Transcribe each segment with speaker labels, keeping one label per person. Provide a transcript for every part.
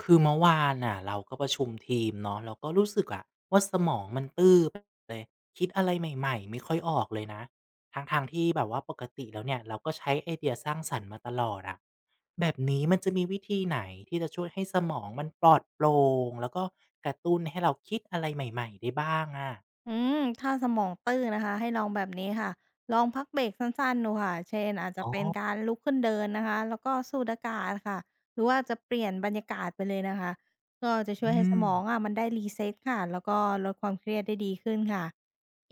Speaker 1: คือเมื่อวานน่ะเราก็ประชุมทีมเนาะเราก็รู้สึกอะว่าสมองมันตื้อไปเลยคิดอะไรใหม่ๆไม่ค่อยออกเลยนะทางๆที่แบบว่าปกติแล้วเนี่ยเราก็ใช้ไอเดียสร้างสรรค์มาตลอดอะแบบนี้มันจะมีวิธีไหนที่จะช่วยให้สมองมันปลอดโปร่งแล้วก็กระตุ้นให้เราคิดอะไรใหม่ๆได้บ้างอะ
Speaker 2: อืถ้าสมองตื้อนะคะให้ลองแบบนี้ค่ะลองพักเบรกสั้นๆดูค่ะเช่นอาจจะ
Speaker 1: อ๋อ
Speaker 2: เป็นการลุกขึ้นเดินนะคะแล้วก็สูดอากาศค่ะหรือว่าจะเปลี่ยนบรรยากาศไปเลยนะคะก็จะช่วยให้
Speaker 1: อื
Speaker 2: ส
Speaker 1: ม
Speaker 2: มองมันได้รีเซ็ตค่ะแล้วก็ลดความเครียดได้ดีขึ้นค่ะ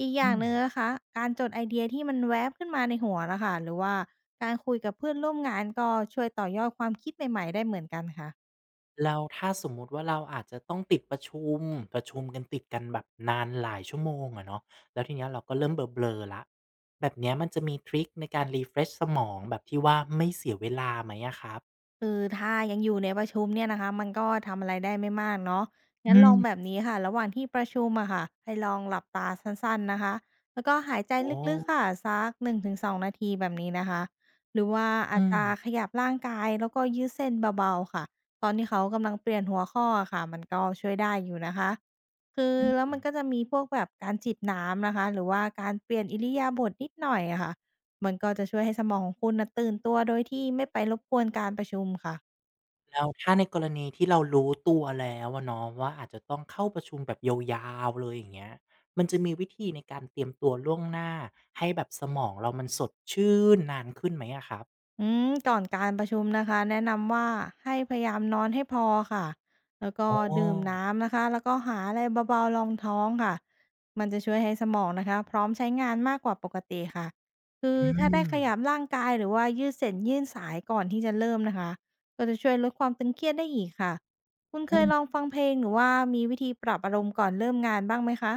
Speaker 2: อีกอย่า
Speaker 1: อื
Speaker 2: งห
Speaker 1: ม
Speaker 2: นึ่งนะคะการจดไอเดียที่มันแวบขึ้นมาในหัวนะคะหรือว่าการคุยกับเพื่อนร่วมงานก็ช่วยต่อยอดความคิดใหม่ๆได้เหมือนกันค่ะ
Speaker 1: แล้วถ้าสมมุติว่าเราอาจจะต้องติดประชุมกันติดกันแบบนานหลายชั่วโมงอะเนาะแล้วทีเนี้ยเราก็เริ่มเบลอๆแล้วแบบเนี้ยมันจะมีทริกในการ refresh สมองแบบที่ว่าไม่เสียเวลาไหมอะครับ
Speaker 2: คือถ้ายังอยู่ในประชุมเนี่ยนะคะมันก็ทำอะไรได้ไม่มากเนาะงั้
Speaker 1: อื
Speaker 2: นลองแบบ
Speaker 1: ม
Speaker 2: นี้ค่ะระหว่างที่ประชุมอะค่ะให้ลองหลับตาสั้นๆนะคะแล้วก็หายใจ
Speaker 1: อ๋อ
Speaker 2: ลึกๆค่ะสัก1-2ถึง2 นาทีแบบนี้นะคะหรือว่าอาจ
Speaker 1: อืม
Speaker 2: จะขยับร่างกายแล้วก็ยืดเส้นเบาๆค่ะตอนที่เขากำลังเปลี่ยนหัวข้ออะค่ะมันก็ช่วยได้อยู่นะคะคือ
Speaker 1: อื
Speaker 2: แล้ว
Speaker 1: ม
Speaker 2: มันก็จะมีพวกแบบการจิบน้ำนะคะหรือว่าการเปลี่ยนอิริยาบถนิดหน่อยอะค่ะ มันก็จะช่วยให้สมองของคุณนะตื่นตัวโดยที่ไม่ไปรบกวนการประชุมค่ะ
Speaker 1: แล้วถ้าในกรณีที่เรารู้ตัวแล้วอะเนาะว่าอาจจะต้องเข้าประชุมแบบยาวๆเลยอย่างเงี้ยมันจะมีวิธีในการเตรียมตัวล่วงหน้าให้แบบสมองเรามันสดชื่นนานขึ้นไหมอะครับ
Speaker 2: ก่อนการประชุมนะคะแนะนำว่าให้พยายามนอนให้พอค่ะแล้วก็
Speaker 1: อ๋
Speaker 2: ดื่ม
Speaker 1: อ
Speaker 2: น้ำนะคะแล้วก็หาอะไรเบาๆรองท้องค่ะมันจะช่วยให้สมองนะคะพร้อมใช้งานมากกว่าปกติค่ะคือ
Speaker 1: อื
Speaker 2: ถ้าได้
Speaker 1: ม
Speaker 2: ขยับร่างกายหรือว่ายืดเส้นยืดสายก่อนที่จะเริ่มนะคะก็จะช่วยลดความตึงเครียดได้อีกค่ะคุณเค
Speaker 1: อื
Speaker 2: ยลอง
Speaker 1: ม
Speaker 2: ฟังเพลงหรือว่ามีวิธีปรับอารมณ์ก่อนเริ่มงานบ้างไหมคะ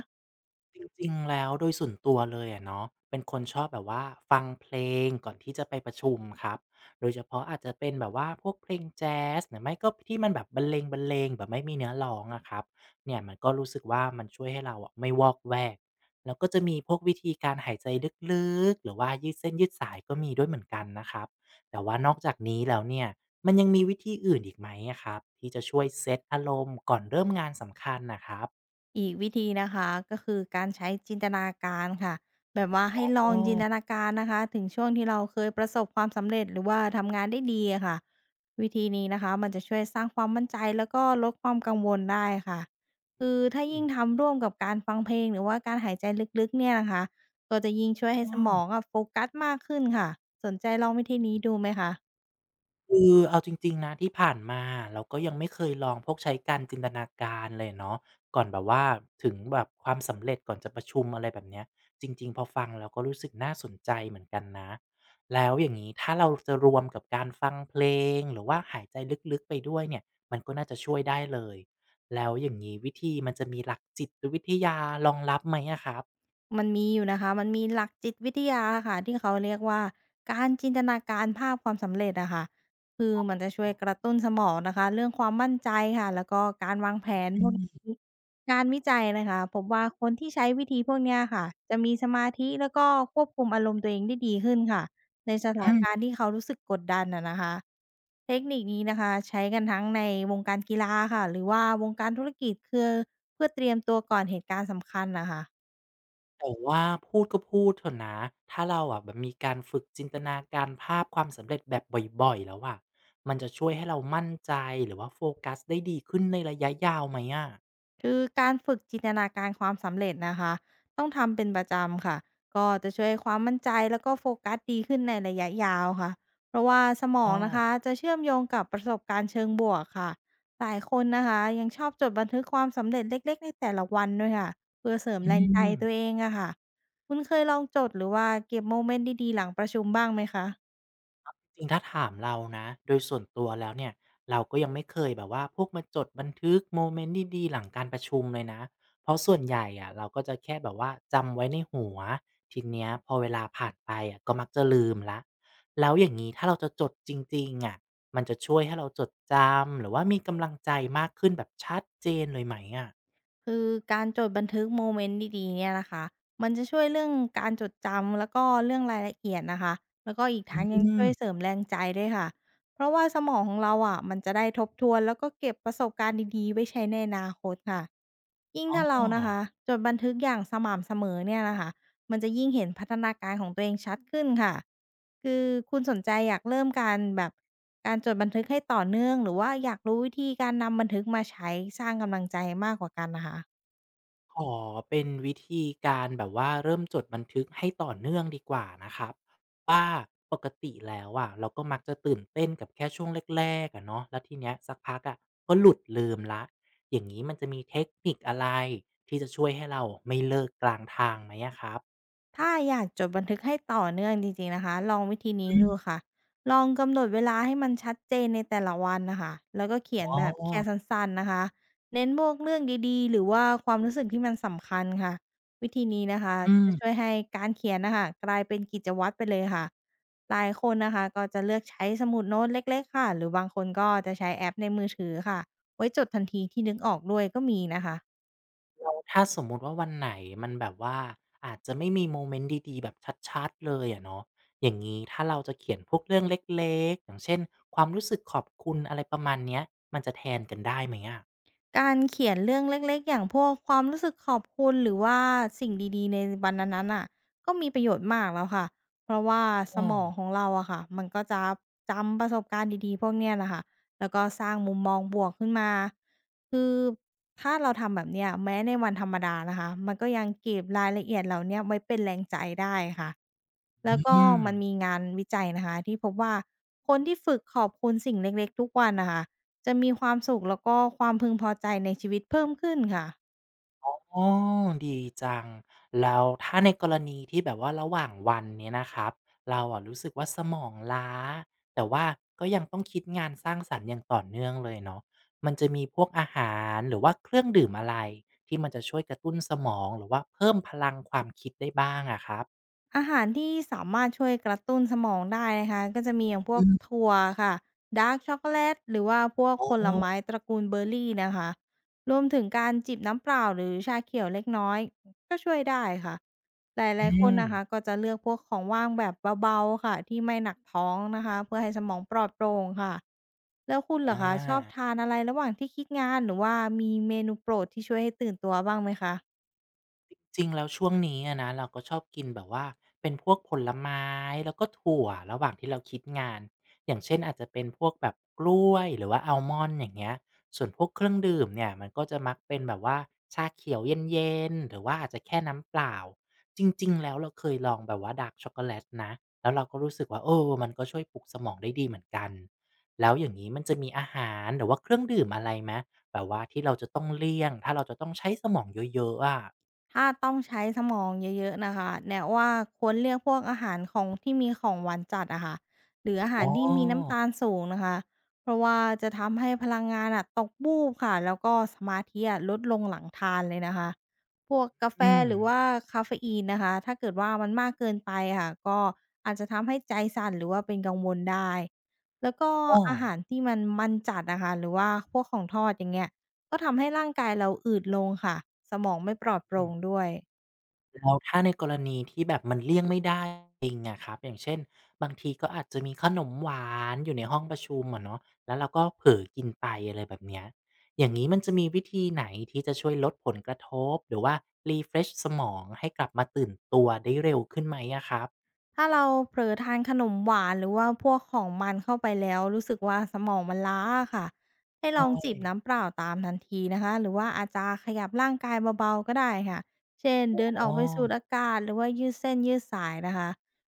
Speaker 1: จริงๆ แล้วโดยส่วนตัวเลยอะเนาะเป็นคนชอบแบบว่าฟังเพลงก่อนที่จะไปประชุมครับโดยเฉพาะอาจจะเป็นแบบว่าพวกเพลงแจ๊สหรือไม่ก็ที่มันแบบบรรเลงแบบไม่มีเนื้อร้องอะครับเนี่ยมันก็รู้สึกว่ามันช่วยให้เราอะไม่วอกแวกแล้วก็จะมีพวกวิธีการหายใจลึกๆหรือว่ายืดเส้นยืดสายก็มีด้วยเหมือนกันนะครับแต่ว่านอกจากนี้แล้วเนี่ยมันยังมีวิธีอื่นอีกไหมอะครับที่จะช่วยเซตอารมณ์ก่อนเริ่มงานสำคัญน่ะครับ
Speaker 2: อีกวิธีนะคะก็คือการใช้จินตนาการค่ะแบบว่าให้ลอ
Speaker 1: อ๋
Speaker 2: ง
Speaker 1: อ
Speaker 2: จินตนาการนะคะถึงช่วงที่เราเคยประสบความสำเร็จหรือว่าทำงานได้ดีอะค่ะวิธีนี้นะคะมันจะช่วยสร้างความมั่นใจแล้วก็ลดความกังวลได้ค่ะคือถ้า
Speaker 1: อื
Speaker 2: ยิ่ง
Speaker 1: ม
Speaker 2: ทำร่วมกับการฟังเพลงหรือว่าการหายใจลึกๆเนี่ยนะคะก็จะยิ่งช่วยให้
Speaker 1: อ้
Speaker 2: สมอ
Speaker 1: อ
Speaker 2: งอะโฟกัสมากขึ้นค่ะสนใจลองวิธีนี้ดูไหมคะ
Speaker 1: คือเอาจริงๆนะที่ผ่านมาเราก็ยังไม่เคยลองพวกใช้การจินตนาการเลยเนาะก่อนแบบว่าถึงแบบความสำเร็จก่อนจะประชุมอะไรแบบเนี้ยจริงๆพอฟังแล้วก็รู้สึกน่าสนใจเหมือนกันนะแล้วอย่างงี้ถ้าเราจะรวมกับการฟังเพลงหรือว่าหายใจลึกๆไปด้วยเนี่ยมันก็น่าจะช่วยได้เลยแล้วอย่างงี้วิธีมันจะมีหลักจิตวิทยารองรับไหมอะครับ
Speaker 2: มันมีอยู่นะคะมันมีหลักจิตวิทยาค่ะที่เขาเรียกว่าการจินตนาการภาพความสำเร็จอะค่ะคือมันจะช่วยกระตุ้นสมองนะคะเรื่องความมั่นใจค่ะแล้วก็การวางแผนพ
Speaker 1: อื
Speaker 2: วกนี้
Speaker 1: ม
Speaker 2: งานวิจัยนะคะพบว่าคนที่ใช้วิธีพวกเนี้ยค่ะจะมีสมาธิแล้วก็ควบคุมอารมณ์ตัวเองได้ดีขึ้นค่ะในสถาน
Speaker 1: อื
Speaker 2: การณ์
Speaker 1: ม
Speaker 2: ที่เขารู้สึกกดดันอะนะคะเทคนิคนี้นะคะใช้กันทั้งในวงการกีฬาค่ะหรือว่าวงการธุรกิจคือเพื่อเตรียมตัวก่อนเหตุการณ์สำคัญนะคะ
Speaker 1: แต่ว่าพูดก็พูดเถอะนะถ้าเราอะแบบมีการฝึกจินตนาการภาพความสำเร็จแบบบ่อยๆแล้วอะมันจะช่วยให้เรามั่นใจหรือว่าโฟกัสได้ดีขึ้นในระยะยาวไหมอะ
Speaker 2: คือการฝึกจินตนาการความสำเร็จนะคะต้องทำเป็นประจำค่ะก็จะช่วยให้ความมั่นใจแล้วก็โฟกัสดีขึ้นในระยะยาวค่ะเพราะว่าสมอ
Speaker 1: อ๋อ
Speaker 2: งนะคะจะเชื่อมโยงกับประสบการณ์เชิงบวกค่ะหลายคนนะคะยังชอบจดบันทึกความสำเร็จเล็กๆในแต่ละวันด้วยค่ะเพื่อเสริมแร
Speaker 1: อื
Speaker 2: งใจ
Speaker 1: ม
Speaker 2: ตัวเองอะค่ะคุณเคยลองจดหรือว่าเก็บโมเมนต์ดีๆหลังประชุมบ้างไหมคะ
Speaker 1: จริงถ้าถามเรานะโดยส่วนตัวแล้วเนี่ยเราก็ยังไม่เคยแบบว่าพวกมาจดบันทึกโมเมนต์ดีๆหลังการประชุมเลยนะเพราะส่วนใหญ่อะเราก็จะแค่แบบว่าจำไว้ในหัวทีเนี้ยพอเวลาผ่านไปอะก็มักจะลืมแล้วแล้วอย่างนี้ถ้าเราจะจดจริงๆอะมันจะช่วยให้เราจดจำหรือว่ามีกำลังใจมากขึ้นแบบชัดเจนเลยไหมอะ
Speaker 2: คือการจดบันทึกโมเมนต์ดีๆเนี่ยนะคะมันจะช่วยเรื่องการจดจำแล้วก็เรื่องรายละเอียดนะคะแล้วก็อีก
Speaker 1: อื
Speaker 2: ทั้งยังช่วยเสริ
Speaker 1: ม
Speaker 2: มแรงใจด้วยค่ะ เพราะว่าสมองของเราอะมันจะได้ทบทวนแล้วก็เก็บประสบการณ์ดีๆไว้ใช้ในอนาคตค่ะยิ่งถ้าเรานะคะ
Speaker 1: ออ
Speaker 2: จดบันทึกอย่างสม่ำเสมอเนี่ยนะคะ มันจะยิ่งเห็นพัฒนาการของตัวเองชัดขึ้นค่ะ คือคุณสนใจอยากเริ่มการแบบการจดบันทึกให้ต่อเนื่องหรือว่าอยากรู้วิธีการนำบันทึกมาใช้สร้างกำลังใจมากกว่ากันนะคะ
Speaker 1: ขอเป็นวิธีการแบบว่าเริ่มจดบันทึกให้ต่อเนื่องดีกว่านะครับว่าปกติแล้วอะเราก็มักจะตื่นเต้นกับแค่ช่วงแรกๆอะเนาะแล้วทีเนี้ยสักพักอะก็หลุดลืมละอย่างนี้มันจะมีเทคนิคอะไรที่จะช่วยให้เราไม่เลิกกลางทางไหมอะครับ
Speaker 2: ถ้าอยากจดบันทึกให้ต่อเนื่องจริงๆนะคะลองวิธีนี้
Speaker 1: อื
Speaker 2: ดู
Speaker 1: ม
Speaker 2: ค่ะลองกำหนดเวลาให้มันชัดเจนในแต่ละวันนะคะแล้วก็เขี
Speaker 1: อ๋
Speaker 2: ยนแบ
Speaker 1: อ
Speaker 2: บแค่สั้นๆนะคะเน้นพวกเรื่องดีๆหรือว่าความรู้สึกที่มันสำคัญค่ะวิธีนี้นะคะ
Speaker 1: อืม
Speaker 2: จะช่วยให้การเขียนนะคะกลายเป็นกิจวัตรไปเลยค่ะหลายคนนะคะก็จะเลือกใช้สมุดโน้ตเล็กๆค่ะหรือบางคนก็จะใช้แอปในมือถือค่ะไว้จดทันทีที่นึกออกด้วยก็มีนะคะ
Speaker 1: ถ้าสมมุติว่าวันไหนมันแบบว่าอาจจะไม่มีโมเมนต์ดีๆแบบชัดๆเลยอะเนาะอย่างงี้ถ้าเราจะเขียนพวกเรื่องเล็กๆอย่างเช่นความรู้สึกขอบคุณอะไรประมาณเนี้ยมันจะแทนกันได้ไหมอะ
Speaker 2: การเขียนเรื่องเล็กๆอย่างพวกความรู้สึกขอบคุณหรือว่าสิ่งดีๆในวันนั้นๆน่ะก็มีประโยชน์มากแล้วค่ะเพราะว่าส
Speaker 1: อ
Speaker 2: มองของเราอะค่ะมันก็จะจำประสบการณ์ดีๆพวกเนี้ยน่ะค่ะแล้วก็สร้างมุมมองบวกขึ้นมาคือถ้าเราทำแบบเนี้ยแม้ในวันธรรมดานะคะมันก็ยังเก็บรายละเอียดเหล่าเนี้ยไว้เป็นแรงใจได้ค่ะ
Speaker 1: อ
Speaker 2: แล้วก็
Speaker 1: อืม
Speaker 2: มันมีงานวิจัยนะคะที่พบว่าคนที่ฝึกขอบคุณสิ่งเล็กๆ ทุกวันน่ะค่ะ จะมีความสุขแล้วก็ความพึงพอใจในชีวิตเพิ่มขึ้นค่ะ
Speaker 1: อ๋อดีจังแล้วถ้าในกรณีที่แบบว่าระหว่างวันเนี่ยนะครับเราอะรู้สึกว่าสมองล้าแต่ว่าก็ยังต้องคิดงานสร้างสรรค์อย่างต่อเนื่องเลยเนาะมันจะมีพวกอาหารหรือว่าเครื่องดื่มอะไรที่มันจะช่วยกระตุ้นสมองหรือว่าเพิ่มพลังความคิดได้บ้างอะครับ
Speaker 2: อาหารที่สามารถช่วยกระตุ้นสมองได้นะคะก็จะมีอย่างพว
Speaker 1: อื
Speaker 2: ก
Speaker 1: ม
Speaker 2: ถั่วค่ะดาร์กช็อกโกแลตหรือว่าพวก
Speaker 1: อ๋อ
Speaker 2: ผลไม้ตระกูลเบอร์รี่นะคะรวมถึงการจิบน้ำเปล่าหรือชาเขียวเล็กน้อยก็ช่วยได้ค่ะหลา
Speaker 1: อื
Speaker 2: ยๆคน
Speaker 1: ม
Speaker 2: นะคะก็จะเลือกพวกของว่างแบบเบาๆค่ะที่ไม่หนักท้องนะคะเพื่อให้สมองปลอดโปร่งค่ะแล้วคุณเหรอ
Speaker 1: อา
Speaker 2: คะชอบทานอะไรระหว่างที่คิดงานหรือว่ามีเมนูโปรดที่ช่วยให้ตื่นตัวบ้างไหมคะ
Speaker 1: จริงแล้วช่วงนี้อะนะเราก็ชอบกินแบบว่าเป็นพวกผลไม้แล้วก็ถั่วระหว่างที่เราคิดงานอย่างเช่นอาจจะเป็นพวกแบบกล้วยหรือว่าอัลมอนด์อย่างเงี้ยส่วนพวกเครื่องดื่มเนี่ยมันก็จะมักเป็นแบบว่าชาเขียวเย็นๆหรือว่าอาจจะแค่น้ำเปล่าจริงๆแล้วเราเคยลองแบบว่าดาร์กช็อกโกแลตนะแล้วเราก็รู้สึกว่าเออมันก็ช่วยปลุกสมองได้ดีเหมือนกันแล้วอย่างงี้มันจะมีอาหารหรือว่าเครื่องดื่มอะไรไหมแบบว่าที่เราจะต้องเลี่ยงถ้าเราจะต้องใช้สมองเยอะๆอะ
Speaker 2: ถ้าต้องใช้สมองเยอะๆนะคะแนะว่าควรเลือกพวกอาหารของที่มีของหวานจัดอะค่ะหรืออาหา
Speaker 1: อ๋
Speaker 2: รที่มีน้ำ
Speaker 1: อ
Speaker 2: ตาลสูงนะคะเพราะว่าจะทำให้พลังงานอะตกบูบค่ะแล้วก็สมาธิอะลดลงหลังทานเลยนะคะพวกกาแฟ
Speaker 1: อืม
Speaker 2: หรือว่ากาเฟอีนนะคะถ้าเกิดว่ามันมากเกินไปค่ะก็อาจจะทำให้ใจสั่นหรือว่าเป็นกังวลได้แล้วก็
Speaker 1: อ้อ
Speaker 2: อาหารที่มันมันจัดนะคะหรือว่าพวกของทอดอย่างเงี้ย ก็ทำให้ร่างกายเราอืดลงค่ะ สมองไม่ปลอดโปร่
Speaker 1: อืม
Speaker 2: งด้วย
Speaker 1: แล้วถ้าในกรณีที่แบบมันเลี่ยงไม่ได้จริงอะครับ อย่างเช่นบางทีก็อาจจะมีขนมหวานอยู่ในห้องประชุมอะเนาะแล้วเราก็เผลอกินไปอะไรแบบเนี้ยอย่างงี้มันจะมีวิธีไหนที่จะช่วยลดผลกระทบหรือว่า refresh สมองให้กลับมาตื่นตัวได้เร็วขึ้นไหมอะครับ
Speaker 2: ถ้าเราเผลอทานขนมหวานหรือว่าพวกของมันเข้าไปแล้วรู้สึกว่าสมองมันล้าอะค่ะให้ล
Speaker 1: ใช่
Speaker 2: องจิบน้ำเปล่าตามทันทีนะคะหรือว่าอาจจะขยับร่างกายเบาๆก็ได้ค่ะเช่น
Speaker 1: อ๋
Speaker 2: เดินออก
Speaker 1: อ
Speaker 2: ไปสูดอากาศหรือว่ายืดเส้นยืดสายนะคะ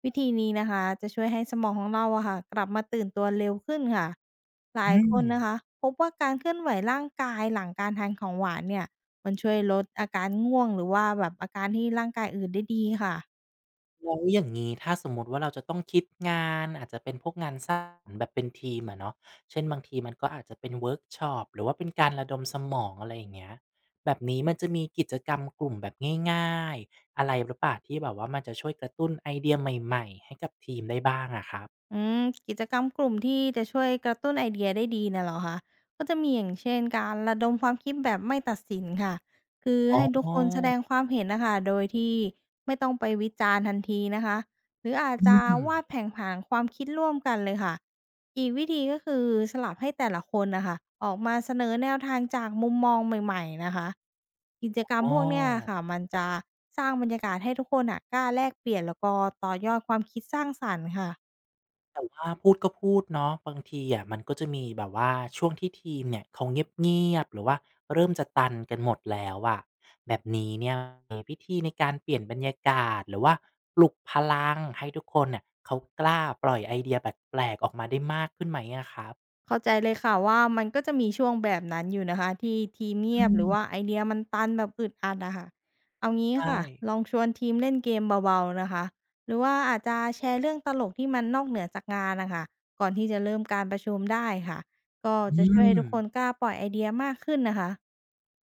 Speaker 2: วิธีนี้นะคะจะช่วยให้สมองของเราอะค่ะกลับมาตื่นตัวเร็วขึ้นค่ะหลาย
Speaker 1: อืม
Speaker 2: คนนะคะพบว่าการเคลื่อนไหวร่างกายหลังการทานของหวานเนี่ยมันช่วยลดอาการง่วงหรือว่าแบบอาการที่ร่างกายอื่นได้ดีค่ะ
Speaker 1: แล้วอย่างนี้ถ้าสมมติว่าเราจะต้องคิดงานอาจจะเป็นพวกงานสร้างสรรค์แบบเป็นทีมอะเนาะเช่นบางทีมันก็อาจจะเป็นเวิร์กช็อปหรือว่าเป็นการระดมสมองอะไรอย่างเงี้ยแบบนี้มันจะมีกิจกรรมกลุ่มแบบง่ายๆอะไรหรือเปล่าที่แบบว่ามันจะช่วยกระตุ้นไอเดียใหม่ๆให้กับทีมได้บ้างอะครับ
Speaker 2: อืมกิจกรรมกลุ่มที่จะช่วยกระตุ้นไอเดียได้ดีน่ะเหรอคะก็จะมีอย่างเช่นการระดมความคิดแบบไม่ตัดสินค่ะ คือ
Speaker 1: อ๋
Speaker 2: ให้ทุกคนแสด
Speaker 1: อ
Speaker 2: งความเห็นนะคะ โดยที่ไม่ต้องไปวิจารณ์ทันทีนะคะหรืออาจ
Speaker 1: อื
Speaker 2: จะ
Speaker 1: ม
Speaker 2: วาดแผนผังความคิดร่วมกันเลยค่ะ อีกวิธีก็คือสลับให้แต่ละคนนะคะออกมาเสนอแนวทางจากมุมมองใหม่ๆนะคะกิจกรรม
Speaker 1: อ๋อ
Speaker 2: พวกเนี้ยค่ะมันจะสร้างบรรยากาศให้ทุกคนอ่ะกล้าแลกเปลี่ยนแล้วก็ต่อยอดความคิดสร้างสรรค์ค่ะ
Speaker 1: แต่ว่าพูดก็พูดเนาะบางทีอะมันก็จะมีแบบว่าช่วงที่ทีมเนี่ยเขาเงียบๆหรือว่าเริ่มจะตันกันหมดแล้วอะแบบนี้เนี่ยมีวิธีในการเปลี่ยนบรรยากาศหรือว่าปลุกพลังให้ทุกคนเนี่ยเขากล้าปล่อยไอเดียแปลกๆออกมาได้มากขึ้นไหมอะครับ
Speaker 2: เข้าใจเลยค่ะว่ามันก็จะมีช่วงแบบนั้นอยู่นะคะที่ทีมเงียบ
Speaker 1: อื
Speaker 2: หรือ
Speaker 1: ม
Speaker 2: ว่าไอเดียมันตันแบบอึดอัดอะค่ะเอางี้
Speaker 1: ใช่
Speaker 2: ค่ะลองชวนทีมเล่นเกมเบาๆนะคะหรือว่าอาจจะแชร์เรื่องตลกที่มันนอกเหนือจากงานนะคะก่อนที่จะเริ่มการประชุมได้ค่ะก็
Speaker 1: อื
Speaker 2: จะช่วย
Speaker 1: ม
Speaker 2: ให้ทุกคนกล้าปล่อยไอเดียมากขึ้นนะคะ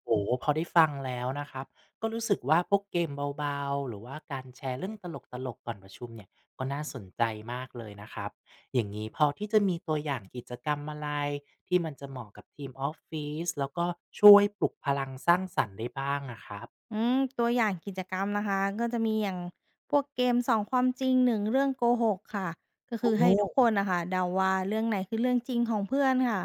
Speaker 1: โอ้โฮพอได้ฟังแล้วนะครับก็รู้สึกว่าพวกเกมเบาๆหรือว่าการแชร์เรื่องตลกๆก่อนประชุมเนี่ยก็น่าสนใจมากเลยนะครับอย่างงี้พอที่จะมีตัวอย่างกิจกรรมอะไรที่มันจะเหมาะกับทีมออฟฟิศแล้วก็ช่วยปลุกพลังสร้างสรรค์ได้บ้างอะครับ
Speaker 2: อืมตัวอย่างกิจกรรมนะคะก็จะมีอย่างพวกเกมสอ2ความจริง1เรื่องโกหกค่ะก็
Speaker 1: โอ
Speaker 2: คือให้ทุกค
Speaker 1: ้
Speaker 2: นนะคะเดาว่าเรื่องไหนคือเรื่องจริงของเพื่อนค่ะ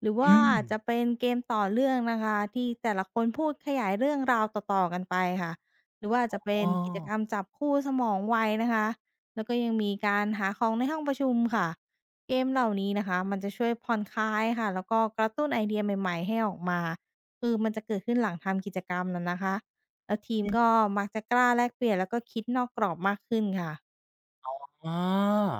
Speaker 2: หรือว่า
Speaker 1: อืม
Speaker 2: อาจจะเป็นเกมต่อเรื่องนะคะที่แต่ละคนพูดขยายเรื่องราวต่อๆกันไปค่ะหรือว่า
Speaker 1: อ
Speaker 2: จะเป็น
Speaker 1: ้อ
Speaker 2: กิจกรรมจับคู่สมองไวนะคะแล้วก็ยังมีการหาของในห้องประชุมค่ะเกมเหล่านี้นะคะมันจะช่วยผ่อนคลายค่ะแล้วก็กระตุ้นไอเดียใหม่ๆให้ออกมาคือมันจะเกิดขึ้นหลังทำกิจกรรมน้ะนะคะ แล้วทีม
Speaker 1: อื
Speaker 2: ก็
Speaker 1: ม
Speaker 2: มักจะกล้าแลกเปลี่ยนแล้วก็คิดนอกกรอบมากขึ้นค่ะ
Speaker 1: อ๋อ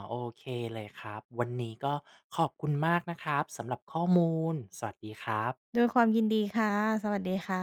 Speaker 1: โอเคเลยครับวันนี้ก็ขอบคุณมากนะครับสำหรับข้อมูลสวัสดีครับ
Speaker 2: ด้วยความยินดีค่ะ สวัสดีค่ะ